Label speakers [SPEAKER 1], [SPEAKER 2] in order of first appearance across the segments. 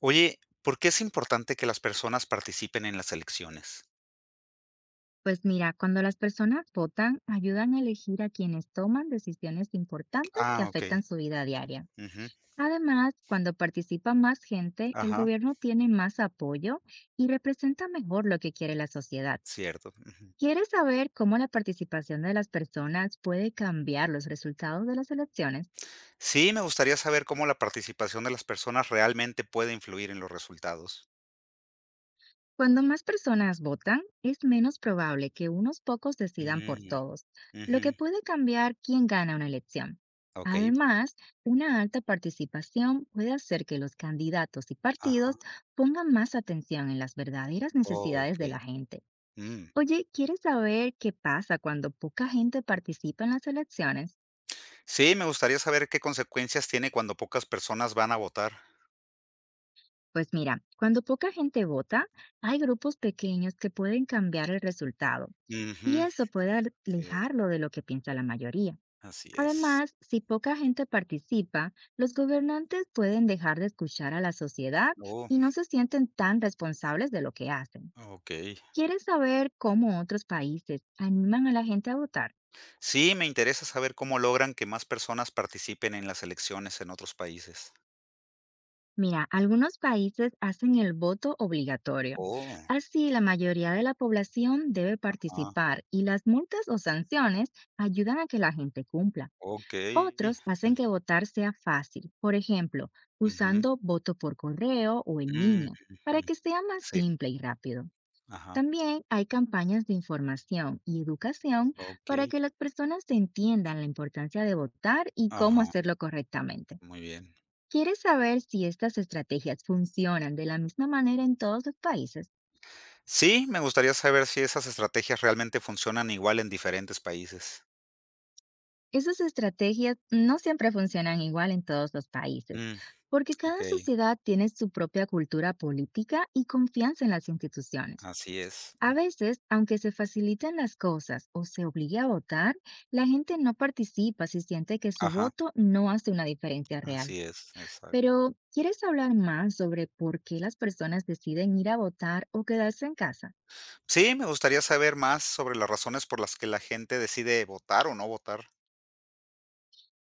[SPEAKER 1] Oye, ¿por qué es importante que las personas participen en las elecciones?
[SPEAKER 2] Pues mira, cuando las personas votan, ayudan a elegir a quienes toman decisiones importantes que
[SPEAKER 1] Ah,
[SPEAKER 2] afectan
[SPEAKER 1] okey.
[SPEAKER 2] su vida diaria.
[SPEAKER 1] Ujú.
[SPEAKER 2] Además, cuando participa más gente, el
[SPEAKER 1] Ajá.
[SPEAKER 2] gobierno tiene más apoyo y representa mejor lo que quiere la sociedad.
[SPEAKER 1] Cierto. Ujú.
[SPEAKER 2] ¿Quieres saber cómo la participación de las personas puede cambiar los resultados de las elecciones?
[SPEAKER 1] Sí, me gustaría saber cómo la participación de las personas realmente puede influir en los resultados.
[SPEAKER 2] Cuando más personas votan, es menos probable que unos pocos decidan por
[SPEAKER 1] Mm.
[SPEAKER 2] todos, lo
[SPEAKER 1] Ujú.
[SPEAKER 2] que puede cambiar quién gana una elección.
[SPEAKER 1] Okey.
[SPEAKER 2] Además, una alta participación puede hacer que los candidatos y
[SPEAKER 1] Ajá.
[SPEAKER 2] partidos pongan más atención en las verdaderas necesidades de
[SPEAKER 1] Okey.
[SPEAKER 2] la gente.
[SPEAKER 1] Mm.
[SPEAKER 2] Oye, ¿quieres saber qué pasa cuando poca gente participa en las elecciones?
[SPEAKER 1] Sí, me gustaría saber qué consecuencias tiene cuando pocas personas van a votar.
[SPEAKER 2] Pues mira, cuando poca gente vota, hay grupos pequeños que pueden cambiar el resultado, y
[SPEAKER 1] Ujú.
[SPEAKER 2] eso puede
[SPEAKER 1] Sí,
[SPEAKER 2] alejarlo de lo que piensa la mayoría.
[SPEAKER 1] así es.
[SPEAKER 2] Además, si poca gente participa, los gobernantes pueden dejar de escuchar a la sociedad
[SPEAKER 1] Oh,
[SPEAKER 2] y no se sienten tan responsables de lo que hacen.
[SPEAKER 1] okey.
[SPEAKER 2] ¿Quieres saber cómo otros países animan a la gente a votar?
[SPEAKER 1] Sí, me interesa saber cómo logran que más personas participen en las elecciones en otros países.
[SPEAKER 2] Mira, algunos países hacen el voto obligatorio.
[SPEAKER 1] Oh,
[SPEAKER 2] Así, la mayoría de la población debe
[SPEAKER 1] ah,
[SPEAKER 2] participar y las multas o sanciones ayudan a que la gente cumpla.
[SPEAKER 1] okey.
[SPEAKER 2] Otros hacen que votar sea fácil, por ejemplo,
[SPEAKER 1] Ujú.
[SPEAKER 2] usando voto por correo o en
[SPEAKER 1] Mm,
[SPEAKER 2] línea,
[SPEAKER 1] ujú.
[SPEAKER 2] para que sea más
[SPEAKER 1] Sí,
[SPEAKER 2] simple y rápido.
[SPEAKER 1] ajá,
[SPEAKER 2] También hay campañas de información y educación para
[SPEAKER 1] okey.
[SPEAKER 2] que las personas entiendan la importancia de votar y cómo
[SPEAKER 1] Ajá,
[SPEAKER 2] hacerlo correctamente.
[SPEAKER 1] muy bien.
[SPEAKER 2] ¿Quieres saber si estas estrategias funcionan de la misma manera en todos los países?
[SPEAKER 1] Sí, me gustaría saber si esas estrategias realmente funcionan igual en diferentes países.
[SPEAKER 2] Esas estrategias no siempre funcionan igual en todos los países,
[SPEAKER 1] Mm,
[SPEAKER 2] porque cada
[SPEAKER 1] okey,
[SPEAKER 2] sociedad tiene su propia cultura política y confianza en las instituciones.
[SPEAKER 1] así es. Mm,
[SPEAKER 2] A veces, aunque se faciliten las cosas o se obligue a votar, la gente no participa si siente que su
[SPEAKER 1] ajá,
[SPEAKER 2] voto no hace una diferencia real.
[SPEAKER 1] así es, exacto.
[SPEAKER 2] Pero, ¿quieres hablar más sobre por qué las personas deciden ir a votar o quedarse en casa?
[SPEAKER 1] Sí, me gustaría saber más sobre las razones por las que la gente decide votar o no votar.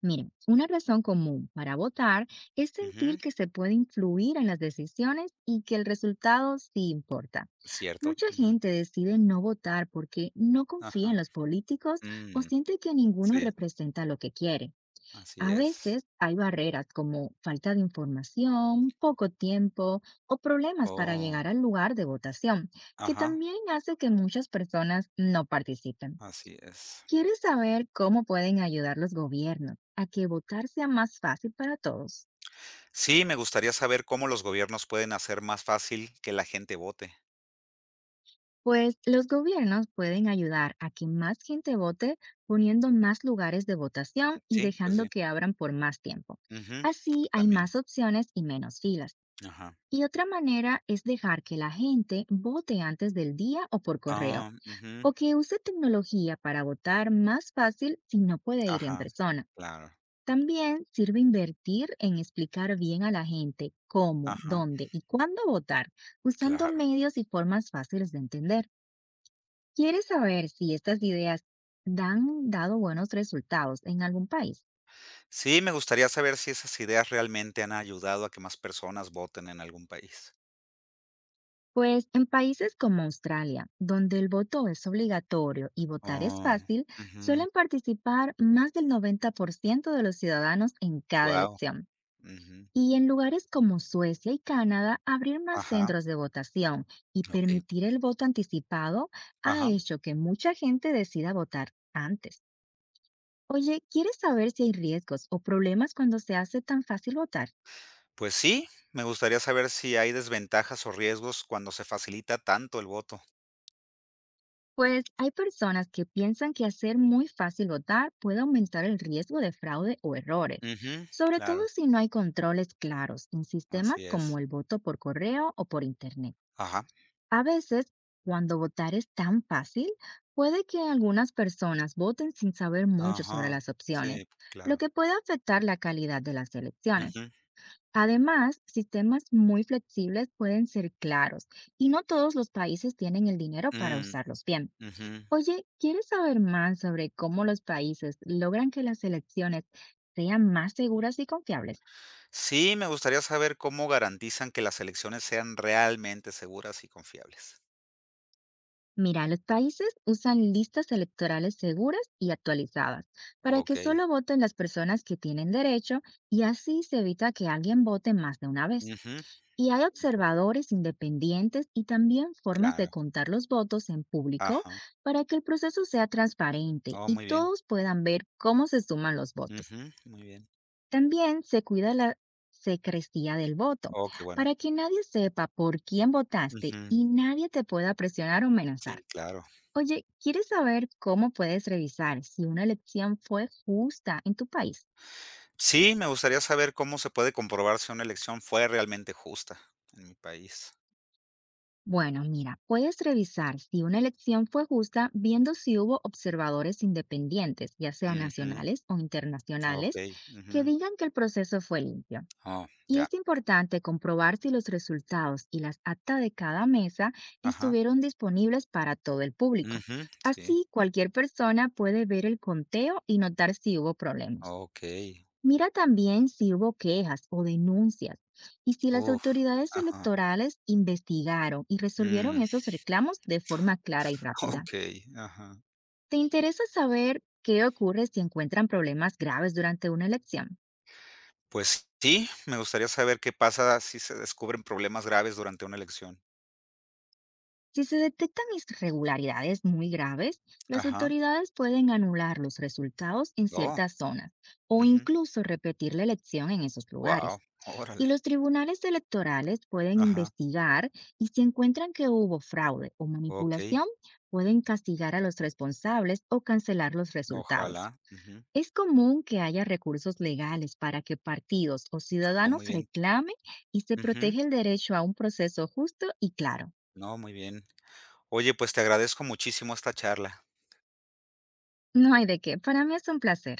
[SPEAKER 2] Miren, una razón común para votar es
[SPEAKER 1] Ujú,
[SPEAKER 2] sentir que se puede influir en las decisiones y que el resultado sí importa.
[SPEAKER 1] cierto,
[SPEAKER 2] Mucha
[SPEAKER 1] ujú,
[SPEAKER 2] gente decide no votar porque no confía
[SPEAKER 1] ajá.
[SPEAKER 2] en los políticos o
[SPEAKER 1] Mm,
[SPEAKER 2] siente que ninguno
[SPEAKER 1] sí,
[SPEAKER 2] representa lo que quiere.
[SPEAKER 1] así
[SPEAKER 2] A
[SPEAKER 1] es.
[SPEAKER 2] veces hay barreras como falta de información, poco tiempo o problemas para
[SPEAKER 1] Oh,
[SPEAKER 2] llegar al lugar de votación, que
[SPEAKER 1] ajá,
[SPEAKER 2] también hace que muchas personas no participen.
[SPEAKER 1] así es.
[SPEAKER 2] ¿Quieres saber cómo pueden ayudar los gobiernos a que votar sea más fácil para todos?
[SPEAKER 1] Sí, me gustaría saber cómo los gobiernos pueden hacer más fácil que la gente vote.
[SPEAKER 2] Pues los gobiernos pueden ayudar a que más gente vote poniendo más lugares de votación y
[SPEAKER 1] Sí, pues
[SPEAKER 2] dejando
[SPEAKER 1] sí.
[SPEAKER 2] que abran por más tiempo.
[SPEAKER 1] Ujú,
[SPEAKER 2] Así hay
[SPEAKER 1] también.
[SPEAKER 2] más opciones y menos filas.
[SPEAKER 1] Ajá.
[SPEAKER 2] Y otra manera es dejar que la gente vote antes del día o por correo,
[SPEAKER 1] Ah, ujú,
[SPEAKER 2] o que use tecnología para votar más fácil si no puede ir en
[SPEAKER 1] ajá,
[SPEAKER 2] persona.
[SPEAKER 1] claro.
[SPEAKER 2] También sirve invertir en explicar bien a la gente cómo,
[SPEAKER 1] Ajá,
[SPEAKER 2] dónde y cuándo votar, usando
[SPEAKER 1] claro.
[SPEAKER 2] medios y formas fáciles de entender. ¿Quieres saber si estas ideas han dado buenos resultados en algún país?
[SPEAKER 1] Sí, me gustaría saber si esas ideas realmente han ayudado a que más personas voten en algún país.
[SPEAKER 2] Pues en países como Australia, donde el voto es obligatorio y votar es
[SPEAKER 1] Oh,
[SPEAKER 2] fácil,
[SPEAKER 1] ujú,
[SPEAKER 2] suelen participar más del 90% de los ciudadanos en cada
[SPEAKER 1] guau,
[SPEAKER 2] elección.
[SPEAKER 1] ujú,
[SPEAKER 2] Y en lugares como Suecia y Canadá, abrir más
[SPEAKER 1] ajá,
[SPEAKER 2] centros de votación y
[SPEAKER 1] okey,
[SPEAKER 2] permitir el voto anticipado ha
[SPEAKER 1] ajá.
[SPEAKER 2] hecho que mucha gente decida votar antes. Oye, ¿quieres saber si hay riesgos o problemas cuando se hace tan fácil votar?
[SPEAKER 1] Pues sí, me gustaría saber si hay desventajas o riesgos cuando se facilita tanto el voto.
[SPEAKER 2] Pues hay personas que piensan que hacer muy fácil votar puede aumentar el riesgo de fraude o errores,
[SPEAKER 1] Ujú,
[SPEAKER 2] sobre todo
[SPEAKER 1] claro,
[SPEAKER 2] si no hay controles claros en sistemas
[SPEAKER 1] así es.
[SPEAKER 2] como el voto por correo o por internet.
[SPEAKER 1] Ajá.
[SPEAKER 2] A veces, cuando votar es tan fácil, puede que algunas personas voten sin saber mucho sobre
[SPEAKER 1] Ajá,
[SPEAKER 2] las
[SPEAKER 1] sí,
[SPEAKER 2] opciones, lo
[SPEAKER 1] claro.
[SPEAKER 2] que puede afectar la calidad de las elecciones.
[SPEAKER 1] Ujú,
[SPEAKER 2] Además, sistemas muy flexibles pueden ser claros y no todos los países tienen el dinero para
[SPEAKER 1] mm,
[SPEAKER 2] usarlos bien.
[SPEAKER 1] ujú.
[SPEAKER 2] Oye, ¿quieres saber más sobre cómo los países logran que las elecciones sean más seguras y confiables?
[SPEAKER 1] Sí, me gustaría saber cómo garantizan que las elecciones sean realmente seguras y confiables.
[SPEAKER 2] Mira, los países usan listas electorales seguras y actualizadas para que
[SPEAKER 1] Okey.
[SPEAKER 2] solo voten las personas que tienen derecho y así se evita que alguien vote más de una vez.
[SPEAKER 1] Ujú.
[SPEAKER 2] Y hay
[SPEAKER 1] Impo
[SPEAKER 2] observadores independientes y también formas de
[SPEAKER 1] claro.
[SPEAKER 2] contar los votos en público
[SPEAKER 1] Ajá.
[SPEAKER 2] para que el proceso sea transparente
[SPEAKER 1] Oh,
[SPEAKER 2] y
[SPEAKER 1] muy bien.
[SPEAKER 2] todos puedan ver cómo se suman los votos.
[SPEAKER 1] Ujú, muy bien.
[SPEAKER 2] También se cuida la secrecía del voto
[SPEAKER 1] Oh, qué bueno.
[SPEAKER 2] para que nadie sepa por quién votaste
[SPEAKER 1] Ujú.
[SPEAKER 2] y nadie te pueda presionar o
[SPEAKER 1] Sí,
[SPEAKER 2] amenazar.
[SPEAKER 1] claro.
[SPEAKER 2] Oye, ¿quieres saber cómo puedes revisar si una elección fue justa en tu país?
[SPEAKER 1] Sí, me gustaría saber cómo se puede comprobar si una elección fue realmente justa en mi país.
[SPEAKER 2] Bueno, mira, puedes revisar si una elección fue justa viendo si hubo observadores independientes, ya sea
[SPEAKER 1] Ujú.
[SPEAKER 2] nacionales o internacionales,
[SPEAKER 1] Okey.
[SPEAKER 2] que
[SPEAKER 1] Ujú.
[SPEAKER 2] digan que el proceso fue limpio.
[SPEAKER 1] Oh,
[SPEAKER 2] Y
[SPEAKER 1] ya.
[SPEAKER 2] es importante comprobar si los resultados y las actas de cada mesa
[SPEAKER 1] Ajá.
[SPEAKER 2] estuvieron disponibles para todo el público.
[SPEAKER 1] Ujú. Sí.
[SPEAKER 2] Así, cualquier persona puede ver el conteo y notar si hubo problemas.
[SPEAKER 1] Okey.
[SPEAKER 2] Mira también si hubo quejas o denuncias y si las
[SPEAKER 1] Uf.
[SPEAKER 2] autoridades
[SPEAKER 1] Ajá.
[SPEAKER 2] electorales investigaron y
[SPEAKER 1] Mm,
[SPEAKER 2] resolvieron esos reclamos de forma clara y rápida.
[SPEAKER 1] okey, ajá.
[SPEAKER 2] ¿Te interesa saber qué ocurre si encuentran problemas graves durante una elección?
[SPEAKER 1] Pues sí, me gustaría saber qué pasa si se descubren problemas graves durante una elección.
[SPEAKER 2] Si se detectan irregularidades muy graves, las
[SPEAKER 1] Ajá.
[SPEAKER 2] autoridades pueden anular los resultados en
[SPEAKER 1] Oh,
[SPEAKER 2] ciertas zonas o incluso repetir la elección en esos
[SPEAKER 1] wow.
[SPEAKER 2] lugares.
[SPEAKER 1] Órale.
[SPEAKER 2] Y los tribunales electorales pueden
[SPEAKER 1] Ajá.
[SPEAKER 2] investigar y si encuentran que hubo fraude o
[SPEAKER 1] Okey,
[SPEAKER 2] manipulación, pueden castigar a los responsables o cancelar los
[SPEAKER 1] ojalá.
[SPEAKER 2] resultados.
[SPEAKER 1] Ujú.
[SPEAKER 2] Es común que haya recursos legales para que partidos o
[SPEAKER 1] Oh, muy
[SPEAKER 2] ciudadanos
[SPEAKER 1] bien.
[SPEAKER 2] reclamen y se
[SPEAKER 1] Ujú.
[SPEAKER 2] protege el derecho a un proceso justo y claro.
[SPEAKER 1] No, muy bien. Oye, pues te agradezco muchísimo esta charla.
[SPEAKER 2] No hay de qué. Para mí es un placer.